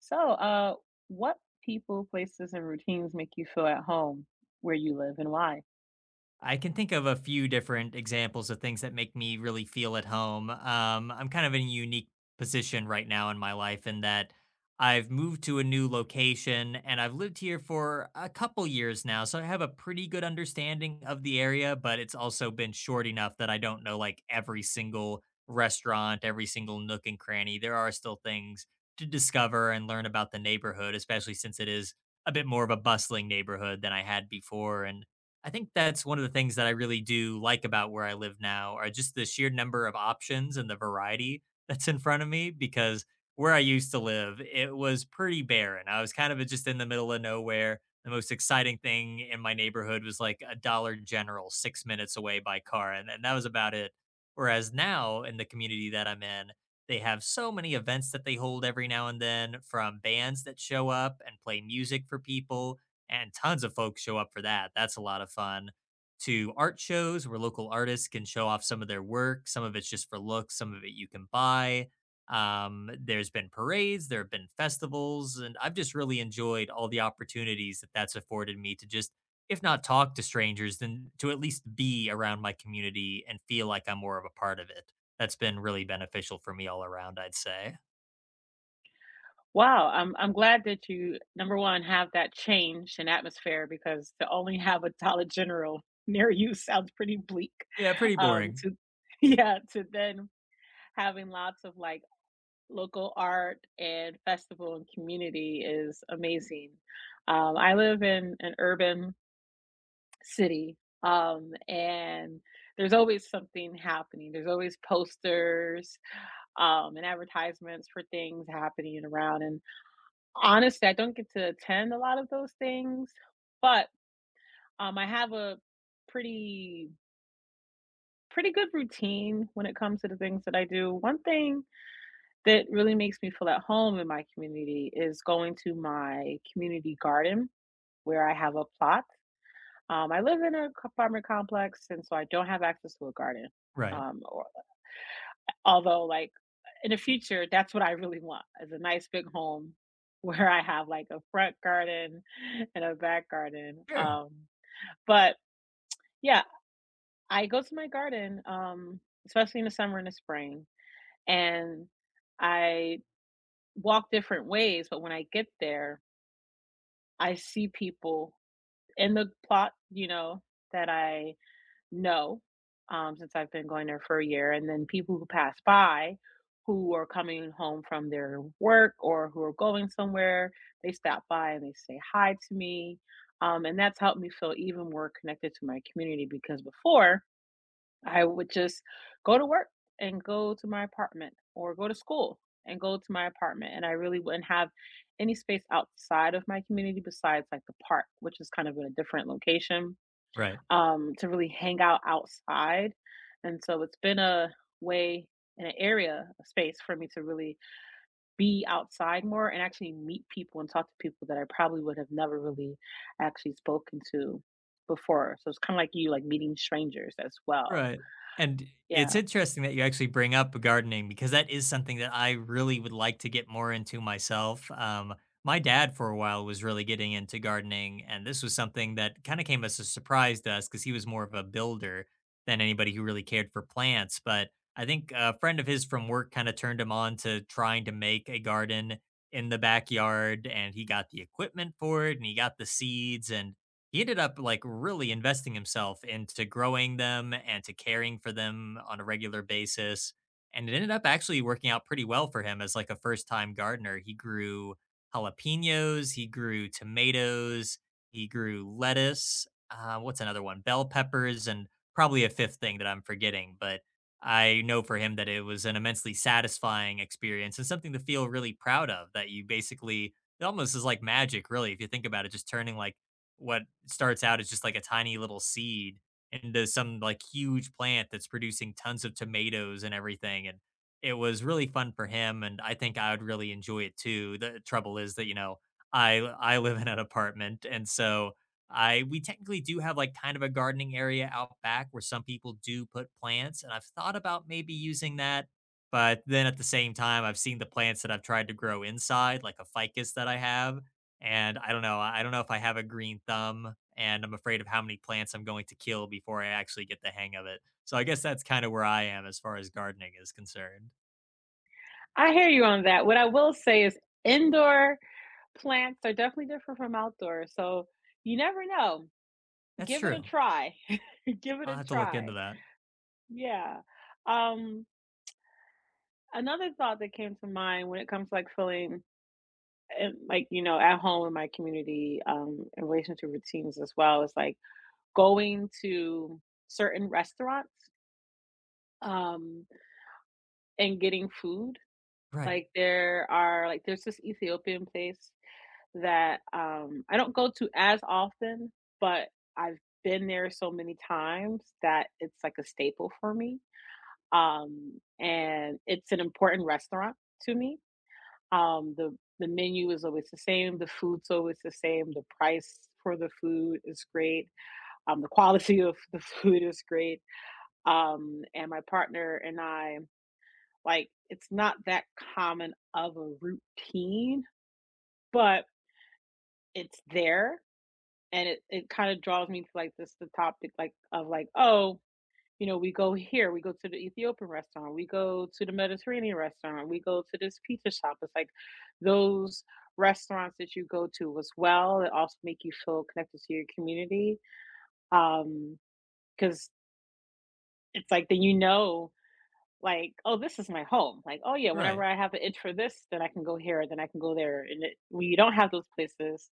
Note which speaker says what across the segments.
Speaker 1: So, uh, what people, places, and routines make you feel at home where you live and why?
Speaker 2: I can think of a few different examples of things that make me really feel at home. I'm kind of in a unique position right now in my life in that I've moved to a new location and I've lived here for a couple years now. So I have a pretty good understanding of the area, but it's also been short enough that I don't know like every single restaurant, every single nook and cranny. There are still things to discover and learn about the neighborhood, especially since it is a bit more of a bustling neighborhood than I had before. And I think that's one of the things that I really do like about where I live now are just the sheer number of options and the variety that's in front of me because where I used to live, it was pretty barren. I was kind of just in the middle of nowhere. The most exciting thing in my neighborhood was like a Dollar General 6 minutes away by car, and that was about it. Whereas now in the community that I'm in, they have so many events that they hold every now and then from bands that show up and play music for people and tons of folks show up for that. That's a lot of fun. To art shows where local artists can show off some of their work. Some of it's just for looks, some of it you can buy. There's been parades, there have been festivals, and I've just really enjoyed all the opportunities that that's afforded me to just, if not talk to strangers, then to at least be around my community and feel like I'm more of a part of it. That's been really beneficial for me all around, I'd say.
Speaker 1: Wow, I'm glad that you number one have that change in atmosphere because to only have a Dollar General near you sounds pretty bleak.
Speaker 2: Yeah, pretty boring.
Speaker 1: To yeah, to then having lots of local art and festival and community is amazing. I live in an urban city. And there's always something happening. There's always posters and advertisements for things happening around. And honestly, I don't get to attend a lot of those things, but I have a pretty pretty good routine when it comes to the things that I do. One thing that really makes me feel at home in my community is going to my community garden where I have a plot. I live in a c apartment complex, and so I don't have access to a garden.
Speaker 2: Right.
Speaker 1: Or although, like, in the future, that's what I really want, is a nice big home where I have, like, a front garden and a back garden.
Speaker 2: Sure.
Speaker 1: But, yeah, I go to my garden, especially in the summer and the spring, and I walk different ways, but when I get there, I see people in the plot, you know, that I No, since I've been going there for a year, and then people who pass by who are coming home from their work or who are going somewhere, they stop by and they say hi to me. And that's helped me feel even more connected to my community because before I would just go to work and go to my apartment or go to school and go to my apartment. And I really wouldn't have any space outside of my community besides like the park, which is kind of in a different location,
Speaker 2: Right.
Speaker 1: to really hang out outside. And so it's been a way and an area, a space for me to really be outside more and actually meet people and talk to people that I probably would have never really actually spoken to before. So it's kind of like you, like meeting strangers as well.
Speaker 2: Right, and it's
Speaker 1: Yeah,
Speaker 2: interesting that you actually bring up gardening because that is something that I really would like to get more into myself. My dad for a while was really getting into gardening, and this was something that kind of came as a surprise to us because he was more of a builder than anybody who really cared for plants. But I think a friend of his from work kind of turned him on to trying to make a garden in the backyard, and he got the equipment for it, and he got the seeds, and he ended up like really investing himself into growing them and to caring for them on a regular basis, and it ended up actually working out pretty well for him. As like a first time gardener, he grew jalapenos, he grew tomatoes, he grew lettuce, what's another one, bell peppers, and probably a fifth thing that I'm forgetting. But I know for him that it was an immensely satisfying experience and something to feel really proud of, that you basically, it almost is like magic really if you think about it, just turning like what starts out as just like a tiny little seed into some like huge plant that's producing tons of tomatoes and everything. And it was really fun for him. And I think I would really enjoy it too. The trouble is that, you know, I live in an apartment. And so I we technically do have like kind of a gardening area out back where some people do put plants. And I've thought about maybe using that. But then at the same time, I've seen the plants that I've tried to grow inside, like a ficus that I have, and I don't know if I have a green thumb, and I'm afraid of how many plants I'm going to kill before I actually get the hang of it. So I guess that's kind of where I am as far as gardening is concerned.
Speaker 1: I hear you on that. What I will say is indoor plants are definitely different from outdoor. So you never know.
Speaker 2: That's
Speaker 1: Give it a
Speaker 2: true.
Speaker 1: try. Give it
Speaker 2: I'll
Speaker 1: a
Speaker 2: have to look into
Speaker 1: try.
Speaker 2: that.
Speaker 1: Yeah. Um, Another thought that came to mind when it comes to like feeling and you know at home in my community in relation to routines as well is going to certain restaurants um and getting food.
Speaker 2: Right.
Speaker 1: There are there's this Ethiopian place that I don't go to as often, but I've been there so many times that it's like a staple for me, and it's an important restaurant to me. The menu is always the same. The food's always the same. The price for the food is great. The quality of the food is great. And my partner and I, like it's not that common of a routine, but it's there, and it kind of draws me to like this the topic like of like oh, you know, we go here, we go to the Ethiopian restaurant, we go to the Mediterranean restaurant, we go to this pizza shop. It's like those restaurants that you go to as well. It also make you feel connected to your community. Um, because it's like then you know, like, oh, this is my home. Like, oh yeah, whenever
Speaker 2: Right.
Speaker 1: I have an itch for this, then I can go here, then I can go there. And it, when you don't have those places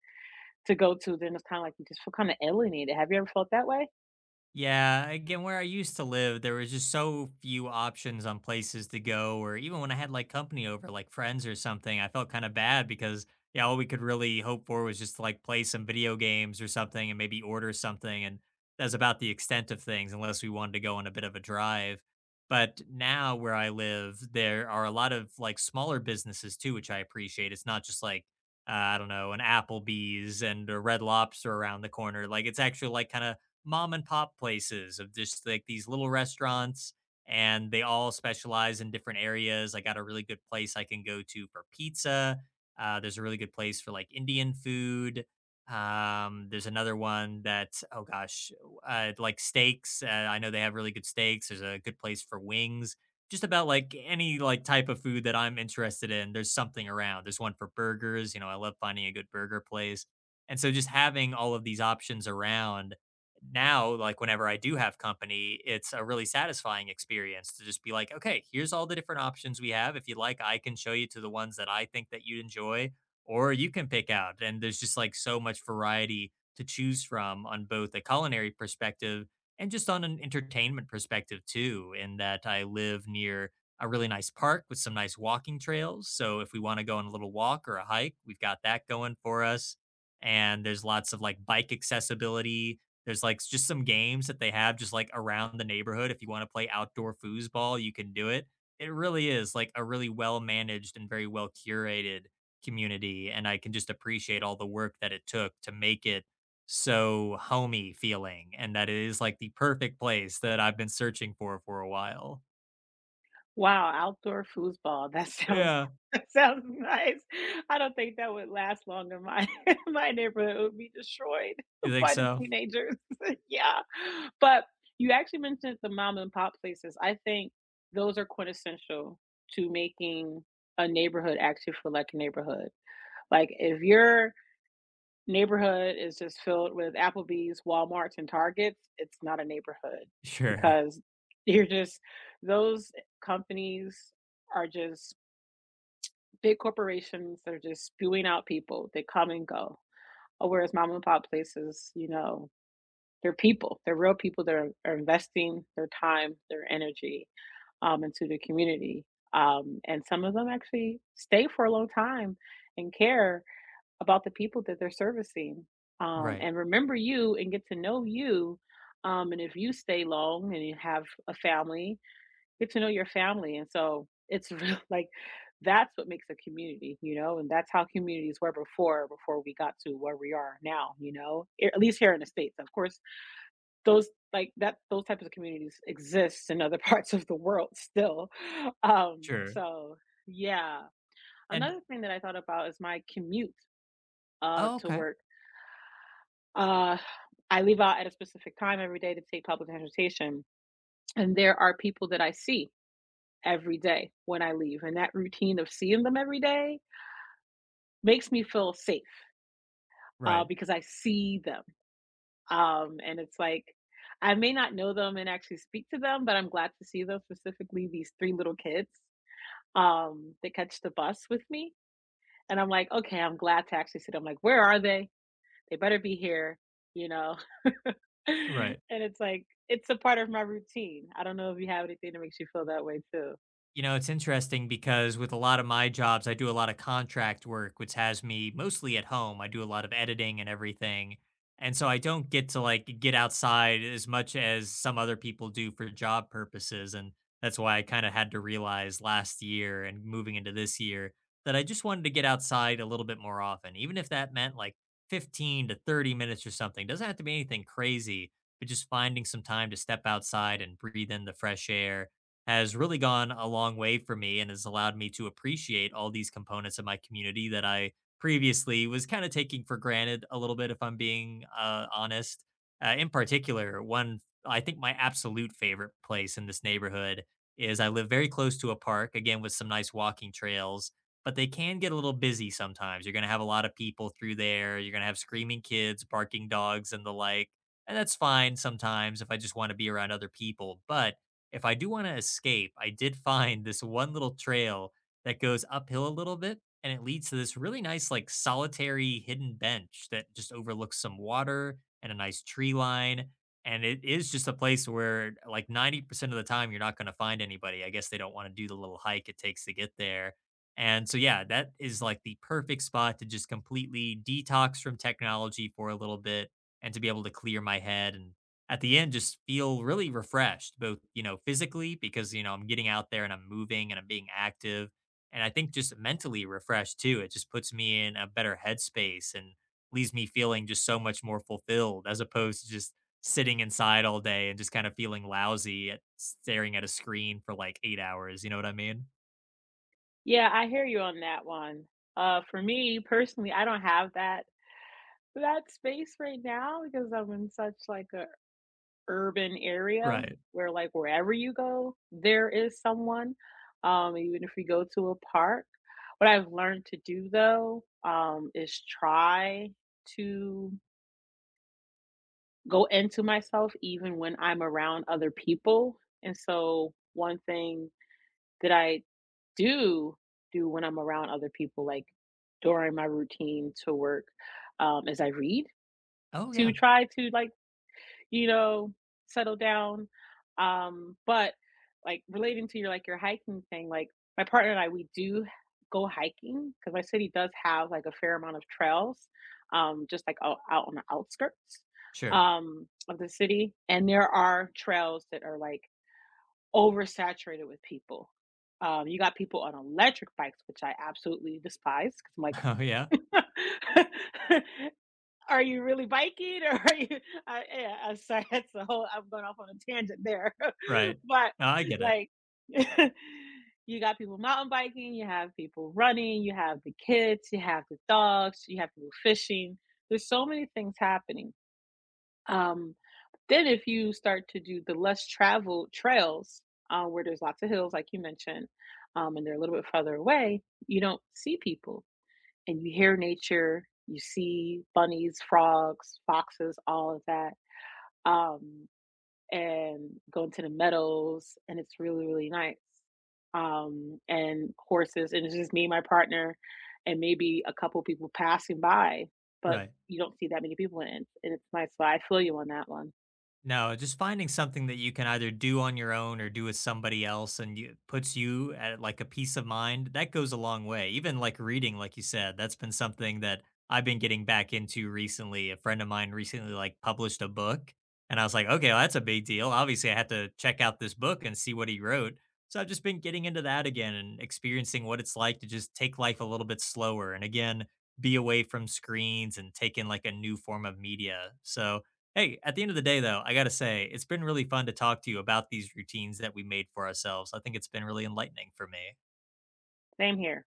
Speaker 1: to go to, then it's kind of like you just feel kind of alienated. Have you ever felt that way?
Speaker 2: Yeah, again, where I used to live, there was just so few options on places to go, or even when I had like company over, like friends or something, I felt kind of bad because, yeah, all we could really hope for was just to like play some video games or something and maybe order something. And that's about the extent of things, unless we wanted to go on a bit of a drive. But now where I live, there are a lot of like smaller businesses too, which I appreciate. It's not just like, I don't know, an Applebee's and a Red Lobster around the corner. Like it's actually like kind of mom and pop places of just like these little restaurants, and they all specialize in different areas. I got a really good place I can go to for pizza. There's a really good place for like Indian food. There's another one that, oh gosh, like steaks. I know they have really good steaks. There's a good place for wings. Just about like any like type of food that I'm interested in, there's something around. There's one for burgers. You know, I love finding a good burger place. And so just having all of these options around now, like whenever I do have company, it's a really satisfying experience to just be like, okay, here's all the different options we have. If you like, I can show you to the ones that I think that you'd enjoy, or you can pick out. And there's just like so much variety to choose from on both a culinary perspective and just on an entertainment perspective too, in that I live near a really nice park with some nice walking trails. So if we want to go on a little walk or a hike, we've got that going for us. And there's lots of like bike accessibility, there's, like, just some games that they have just, like, around the neighborhood. If you wanna play outdoor foosball, you can do it. It really is, like, a really well-managed and very well-curated community, and I can just appreciate all the work that it took to make it so homey feeling, and that it is, like, the perfect place that I've been searching for a while.
Speaker 1: Wow, outdoor foosball. That sounds
Speaker 2: Yeah.
Speaker 1: that sounds nice. I don't think that would last long in my in my neighborhood. It would be destroyed
Speaker 2: You think
Speaker 1: by the
Speaker 2: so?
Speaker 1: teenagers. Yeah. But you actually mentioned the mom and pop places. I think those are quintessential to making a neighborhood actually feel like a neighborhood. Like if you're neighborhood is just filled with Applebee's, Walmarts, and Targets, it's not a neighborhood
Speaker 2: Sure.
Speaker 1: because you're just those companies are just big corporations that are just spewing out people. They come and go. Oh, whereas mom and pop places, you know, they're people. They're real people that are investing their time, their energy, into the community. And some of them actually stay for a long time and care about the people that they're servicing,
Speaker 2: Right.
Speaker 1: and remember you and get to know you. And if you stay long and you have a family, get to know your family. And so it's real, like that's what makes a community, you know, and that's how communities were before, before we got to where we are now, you know, a- at least here in the States. Of course, those like that, those types of communities exist in other parts of the world still. Um,
Speaker 2: Sure.
Speaker 1: so yeah.
Speaker 2: And.
Speaker 1: Another thing that I thought about is my commute
Speaker 2: Oh,
Speaker 1: to
Speaker 2: okay.
Speaker 1: work. uh, I leave out at a specific time every day to take public transportation. And there are people that I see every day when I leave. And that routine of seeing them every day makes me feel safe,
Speaker 2: Right.
Speaker 1: because I see them. And it's like, I may not know them and actually speak to them, but I'm glad to see them, specifically these three little kids that catch the bus with me. And I'm like, okay, I'm glad to actually see them. Like, where are they? They better be here, you know? And
Speaker 2: Right.
Speaker 1: it's like, it's a part of my routine. I don't know if you have anything that makes you feel that way too.
Speaker 2: You know, it's interesting because with a lot of my jobs, I do a lot of contract work, which has me mostly at home. I do a lot of editing and everything. And so I don't get to like get outside as much as some other people do for job purposes. And that's why I kind of had to realize last year and moving into this year that I just wanted to get outside a little bit more often, even if that meant like 15 to 30 minutes or something. Doesn't have to be anything crazy, but just finding some time to step outside and breathe in the fresh air has really gone a long way for me and has allowed me to appreciate all these components of my community that I previously was kind of taking for granted a little bit, if I'm being honest. In particular, one, I think my absolute favorite place in this neighborhood is, I live very close to a park, again, with some nice walking trails, but they can get a little busy sometimes. You're going to have a lot of people through there. You're going to have screaming kids, barking dogs, and the like. And that's fine sometimes if I just want to be around other people. But if I do wanna escape, I did find this one little trail that goes uphill a little bit, and it leads to this really nice, like, solitary hidden bench that just overlooks some water and a nice tree line, and it is just a place where, like, 90% of the time, you're not gonna find anybody. I guess they don't wanna do the little hike it takes to get there, and so, yeah, that is, like, the perfect spot to just completely detox from technology for a little bit and to be able to clear my head and at the end just feel really refreshed, both, you know, physically because, you know, I'm getting out there and I'm moving and I'm being active. And I think just mentally refreshed too. It just puts me in a better headspace and leaves me feeling just so much more fulfilled as opposed to just sitting inside all day and just kind of feeling lousy at staring at a screen for like 8 hours. You know what I mean?
Speaker 1: Yeah, I hear you on that one. For me personally, I don't have that space right now because I'm in such like a urban area
Speaker 2: Right.
Speaker 1: where like wherever you go, there is someone. Even if we go to a park. What I've learned to do though, is try to go into myself even when I'm around other people. And so one thing that I do do when I'm around other people, like during my routine to work, is I read
Speaker 2: Oh,
Speaker 1: to
Speaker 2: yeah.
Speaker 1: try to like you know, settle down. But like relating to your like your hiking thing, like my partner and I, we do go hiking because my city does have like a fair amount of trails, just like out on the outskirts
Speaker 2: Sure.
Speaker 1: of the city, and there are trails that are like oversaturated with people. You got people on electric bikes, which I absolutely despise because I'm
Speaker 2: Oh, yeah.
Speaker 1: like, are you really biking or are you I Yeah, I'm sorry, that's a whole I'm going off on a tangent there.
Speaker 2: Right.
Speaker 1: But
Speaker 2: No, I get it.
Speaker 1: like you got people mountain biking, you have people running, you have the kids, you have the dogs, you have people fishing. There's so many things happening. Um, then if you start to do the less traveled trails, where there's lots of hills, like you mentioned, and they're a little bit further away, you don't see people and you hear nature, you see bunnies, frogs, foxes, all of that, um, and go into the meadows, and it's really, really nice. And horses, and it's just me, my partner, and maybe a couple people passing by, but
Speaker 2: Right.
Speaker 1: you don't see that many people in it, and it's nice. So I feel you on that one.
Speaker 2: No, just finding something that you can either do on your own or do with somebody else and you, puts you at like a peace of mind, that goes a long way. Even like reading, like you said, that's been something that I've been getting back into recently. A friend of mine recently like published a book, and I was like, okay, well, that's a big deal. Obviously, I had to check out this book and see what he wrote. So I've just been getting into that again and experiencing what it's like to just take life a little bit slower and again, be away from screens and take in like a new form of media. So, hey, at the end of the day, though, I got to say, it's been really fun to talk to you about these routines that we made for ourselves. I think it's been really enlightening for me.
Speaker 1: Same here.